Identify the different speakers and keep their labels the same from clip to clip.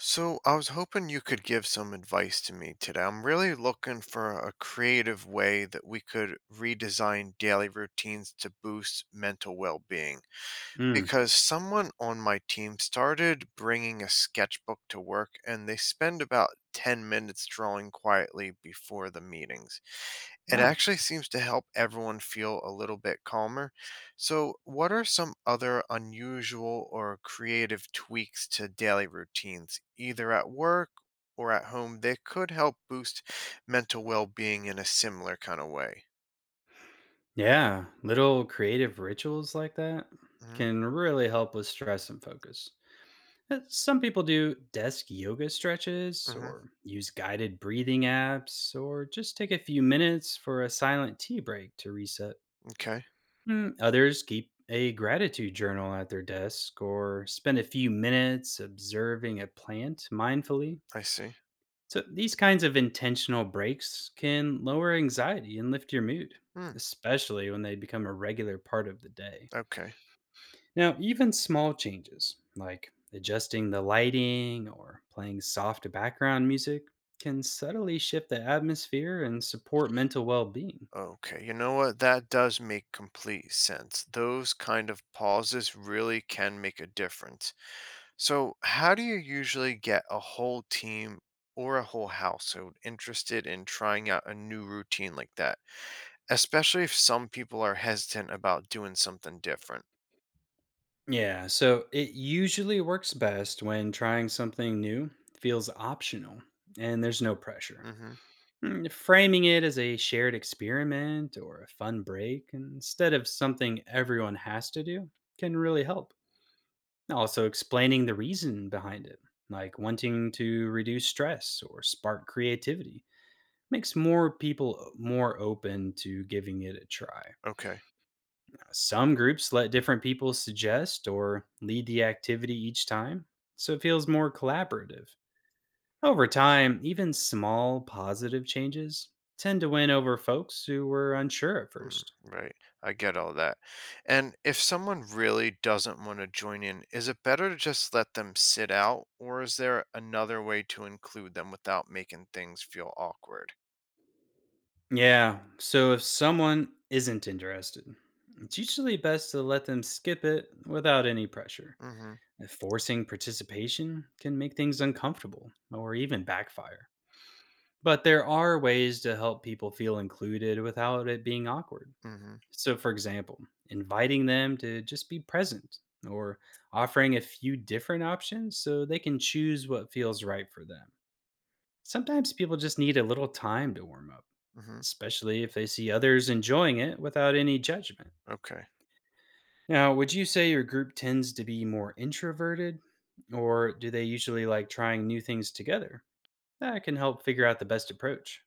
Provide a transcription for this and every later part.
Speaker 1: So, I was hoping you could give some advice to me today. I'm really looking for a creative way that we could redesign daily routines to boost mental well being.
Speaker 2: Mm,
Speaker 1: Because someone on my team started bringing a sketchbook to work and they spend about 10 minutes drawing quietly before the meetings. It
Speaker 2: no.
Speaker 1: actually seems to help everyone feel a little bit calmer. So, what are some other unusual or creative tweaks to daily routines, either at work or at home, that could help boost mental well being in a similar kind of way?
Speaker 2: Yeah, little creative rituals like that
Speaker 1: Hmm
Speaker 2: can really help with stress and focus. Some people do desk yoga stretches
Speaker 1: hmm
Speaker 2: or use guided breathing apps or just take a few minutes for a silent tea break to reset.
Speaker 1: Okay,
Speaker 2: Others keep a gratitude journal at their desk or spend a few minutes observing a plant mindfully.
Speaker 1: I see.
Speaker 2: So, these kinds of intentional breaks can lower anxiety and lift your mood,
Speaker 1: Hmm.
Speaker 2: especially when they become a regular part of the day.
Speaker 1: Okay.
Speaker 2: Now, even small changes like adjusting the lighting or playing soft background music can subtly shift the atmosphere and support mental well being.
Speaker 1: Okay, you know what? That does make complete sense. Those kind of pauses really can make a difference. So, how do you usually get a whole team or a whole household interested in trying out a new routine like that? Especially if some people are hesitant about doing something different.
Speaker 2: Yeah, so it usually works best when trying something new feels optional and there's no pressure.
Speaker 1: Hmm
Speaker 2: Framing it as a shared experiment or a fun break instead of something everyone has to do can really help. Also, explaining the reason behind it, like wanting to reduce stress or spark creativity, makes more people more open to giving it a try.
Speaker 1: Okay.
Speaker 2: Some groups let different people suggest or lead the activity each time, so it feels more collaborative. Over time, even small positive changes tend to win over folks who were unsure at
Speaker 1: Mm,
Speaker 2: first.
Speaker 1: right. I get all that. And if someone really doesn't want to join in, is it better to just let them sit out, or is there another way to include them without making things feel awkward?
Speaker 2: Yeah, so if someone isn't interested, it's usually best to let them skip it without any pressure.
Speaker 1: Hmm
Speaker 2: Forcing participation can make things uncomfortable or even backfire. But there are ways to help people feel included without it being awkward.
Speaker 1: hmm
Speaker 2: So, for example, inviting them to just be present or offering a few different options so they can choose what feels right for them. Sometimes people just need a little time to warm up,
Speaker 1: hmm
Speaker 2: especially if they see others enjoying it without any judgment.
Speaker 1: Okay.
Speaker 2: Now, would you say your group tends to be more introverted, or do they usually like trying new things together? That can help figure out the best approach.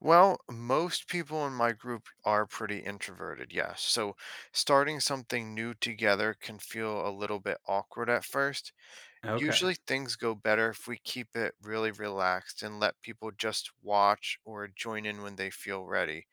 Speaker 1: Well, most people in my group are pretty introverted, yes. So starting something new together can feel a little bit awkward at first.
Speaker 2: Okay.
Speaker 1: Usually things go better if we keep it really relaxed and let people just watch or join in when they feel ready.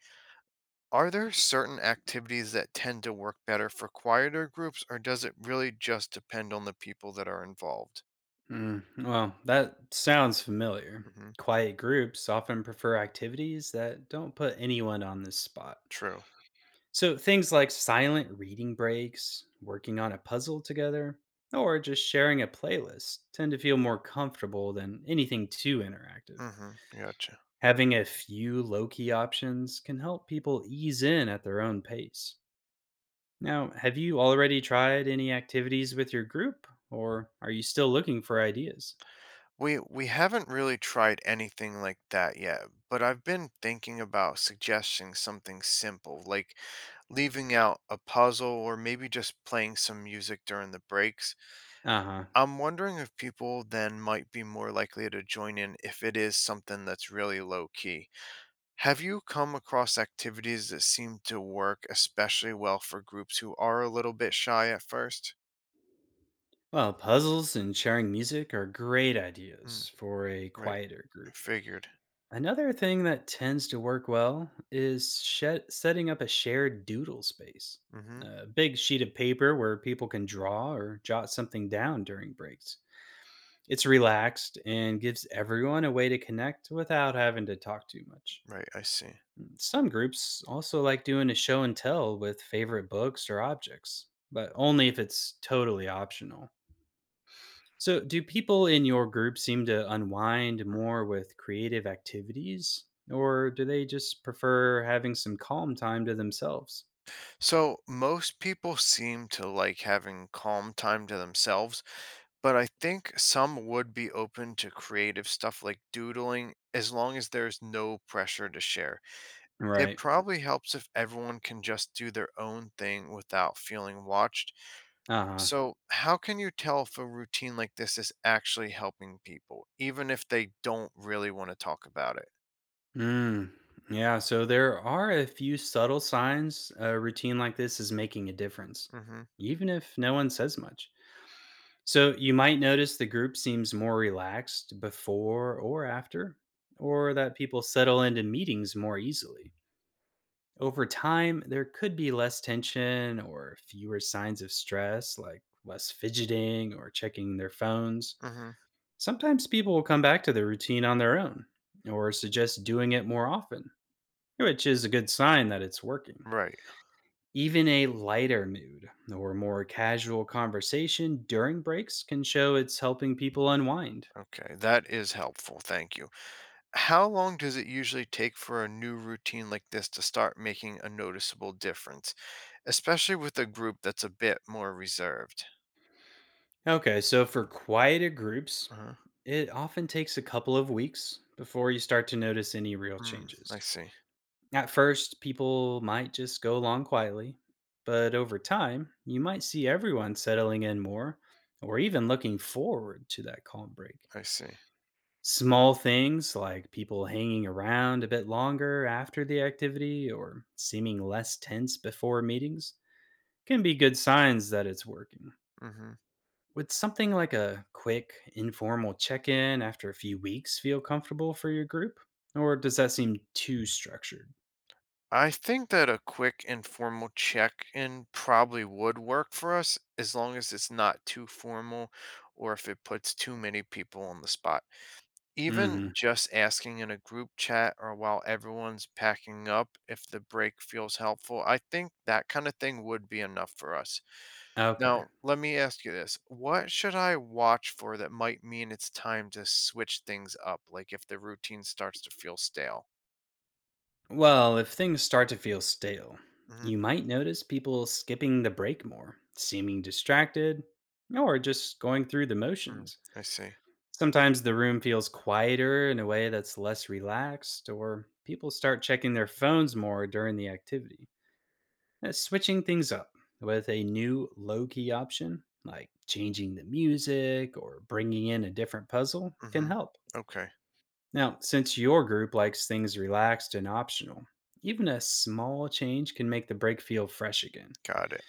Speaker 1: Are there certain activities that tend to work better for quieter groups, or does it really just depend on the people that are involved?
Speaker 2: Well, that sounds familiar.
Speaker 1: Hmm
Speaker 2: Quiet groups often prefer activities that don't put anyone on the spot.
Speaker 1: True.
Speaker 2: So things like silent reading breaks, working on a puzzle together, or just sharing a playlist tend to feel more comfortable than anything too interactive.
Speaker 1: Hmm Gotcha.
Speaker 2: Having a few low key options can help people ease in at their own pace. Now, have you already tried any activities with your group, or are you still looking for ideas?
Speaker 1: We haven't really tried anything like that yet, but I've been thinking about suggesting something simple, like leaving out a puzzle or maybe just playing some music during the breaks.
Speaker 2: Uh huh.
Speaker 1: I'm wondering if people then might be more likely to join in if it is something that's really low key. Have you come across activities that seem to work especially well for groups who are a little bit shy at first?
Speaker 2: Well, puzzles and sharing music are great
Speaker 1: Hmm,
Speaker 2: ideas for a
Speaker 1: right.
Speaker 2: quieter group.
Speaker 1: Figured.
Speaker 2: Another thing that tends to work well is shed setting up a shared doodle space,
Speaker 1: Hmm
Speaker 2: a big sheet of paper where people can draw or jot something down during breaks. It's relaxed and gives everyone a way to connect without having to talk too much.
Speaker 1: Right, I see.
Speaker 2: Some groups also like doing a show and tell with favorite books or objects, but only if it's totally optional. So, do people in your group seem to unwind more with creative activities, or do they just prefer having some calm time to themselves?
Speaker 1: So most people seem to like having calm time to themselves, but I think some would be open to creative stuff like doodling as long as there's no pressure to share. It
Speaker 2: Right.
Speaker 1: probably helps if everyone can just do their own thing without feeling watched.
Speaker 2: Uh huh.
Speaker 1: So, how can you tell if a routine like this is actually helping people, even if they don't really want to talk about it?
Speaker 2: Mm. Yeah. So, there are a few subtle signs a routine like this is making a difference,
Speaker 1: Mm hmm.
Speaker 2: even if no one says much. So, you might notice the group seems more relaxed before or after, or that people settle into meetings more easily. Over time, there could be less tension or fewer signs of stress, like less fidgeting or checking their phones.
Speaker 1: Mm
Speaker 2: Sometimes people will come back to their routine on their own or suggest doing it more often, which is a good sign that it's working.
Speaker 1: hmm. Right.
Speaker 2: Even a lighter mood or more casual conversation during breaks can show it's helping people unwind.
Speaker 1: Okay. That is helpful. Thank you. How long does it usually take for a new routine like this to start making a noticeable difference, especially with a group that's a bit more reserved?
Speaker 2: Okay, so for quieter groups,
Speaker 1: Uh-huh.
Speaker 2: it often takes a couple of weeks before you start to notice any real
Speaker 1: Mm, I
Speaker 2: changes.
Speaker 1: see.
Speaker 2: At first, people might just go along quietly, but over time, you might see everyone settling in more or even looking forward to that calm break.
Speaker 1: I see.
Speaker 2: Small things like people hanging around a bit longer after the activity or seeming less tense before meetings can be good signs that it's working.
Speaker 1: Hmm
Speaker 2: Would something like a quick, informal check in after a few weeks feel comfortable for your group? Or does that seem too structured?
Speaker 1: I think that a quick informal check in probably would work for us as long as it's not too formal or if it puts too many people on the spot. Even
Speaker 2: Hmm.
Speaker 1: just asking in a group chat or while everyone's packing up if the break feels helpful, I think that kind of thing would be enough for us.
Speaker 2: Okay.
Speaker 1: Now, let me ask you this. What should I watch for that might mean it's time to switch things up? Like if the routine starts to feel stale?
Speaker 2: Well, if things start to feel stale,
Speaker 1: Mm-hmm.
Speaker 2: you might notice people skipping the break more, seeming distracted, or just going through the
Speaker 1: mm,
Speaker 2: motions.
Speaker 1: I see.
Speaker 2: Sometimes the room feels quieter in a way that's less relaxed, or people start checking their phones more during the activity. Switching things up with a new low key option, like changing the music or bringing in a different puzzle, can
Speaker 1: Mm-hmm.
Speaker 2: help.
Speaker 1: Okay.
Speaker 2: Now, since your group likes things relaxed and optional, even a small change can make the break feel fresh again.
Speaker 1: Got it.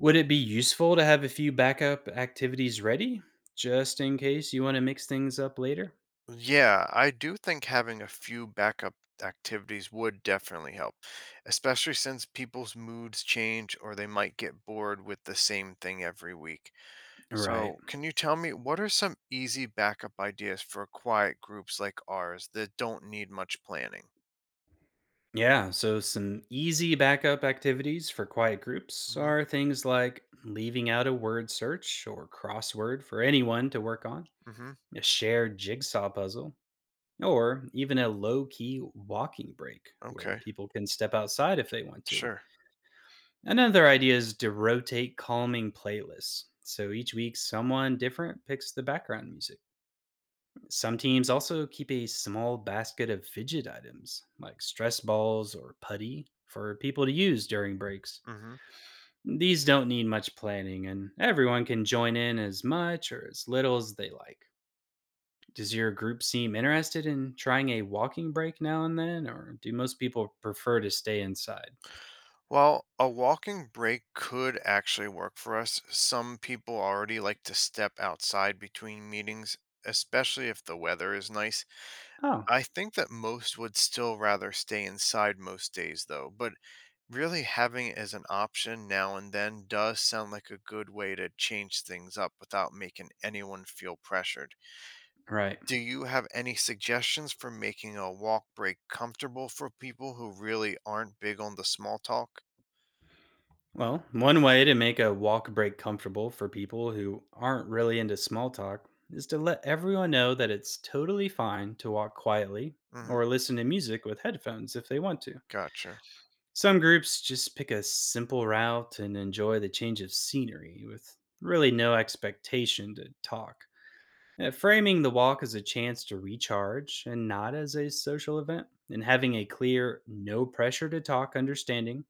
Speaker 2: Would it be useful to have a few backup activities ready just in case you want to mix things up later?
Speaker 1: Yeah, I do think having a few backup activities would definitely help, especially since people's moods change or they might get bored with the same thing every week.
Speaker 2: Right.
Speaker 1: So, can you tell me what are some easy backup ideas for quiet groups like ours that don't need much planning?
Speaker 2: Yeah, so some easy backup activities for quiet groups
Speaker 1: Hmm
Speaker 2: are things like leaving out a word search or crossword for anyone to work on,
Speaker 1: hmm
Speaker 2: a shared jigsaw puzzle, or even a low key walking break where
Speaker 1: Okay,
Speaker 2: people can step outside if they want to.
Speaker 1: sure.
Speaker 2: Another idea is to rotate calming playlists. So each week, someone different picks the background music. Some teams also keep a small basket of fidget items like stress balls or putty for people to use during breaks.
Speaker 1: hmm
Speaker 2: These don't need much planning, and everyone can join in as much or as little as they like. Does your group seem interested in trying a walking break now and then, or do most people prefer to stay inside?
Speaker 1: Well, a walking break could actually work for us. Some people already like to step outside between meetings, especially if the weather is nice.
Speaker 2: Oh,
Speaker 1: I think that most would still rather stay inside most days, though, but really having it as an option now and then does sound like a good way to change things up without making anyone feel pressured.
Speaker 2: right.
Speaker 1: Do you have any suggestions for making a walk break comfortable for people who really aren't big on the small talk?
Speaker 2: Well, one way to make a walk break comfortable for people who aren't really into small talk is to let everyone know that it's totally fine to walk quietly
Speaker 1: Hmm
Speaker 2: or listen to music with headphones if they want to.
Speaker 1: Gotcha.
Speaker 2: Some groups just pick a simple route and enjoy the change of scenery with really no expectation to talk. Framing the walk as a chance to recharge and not as a social event, and having a clear, no pressure to talk understanding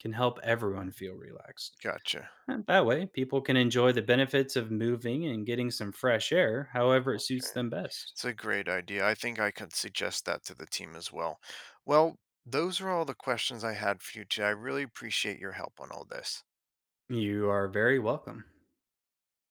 Speaker 2: can help everyone
Speaker 1: Mm,
Speaker 2: feel relaxed.
Speaker 1: Gotcha.
Speaker 2: And that way, people can enjoy the benefits of moving and getting some fresh air however it suits
Speaker 1: Okay.
Speaker 2: them best.
Speaker 1: It's a great idea. I think I could suggest that to the team as well. Well, those are all the questions I had for you today. I really appreciate your help on all this.
Speaker 2: You are very welcome.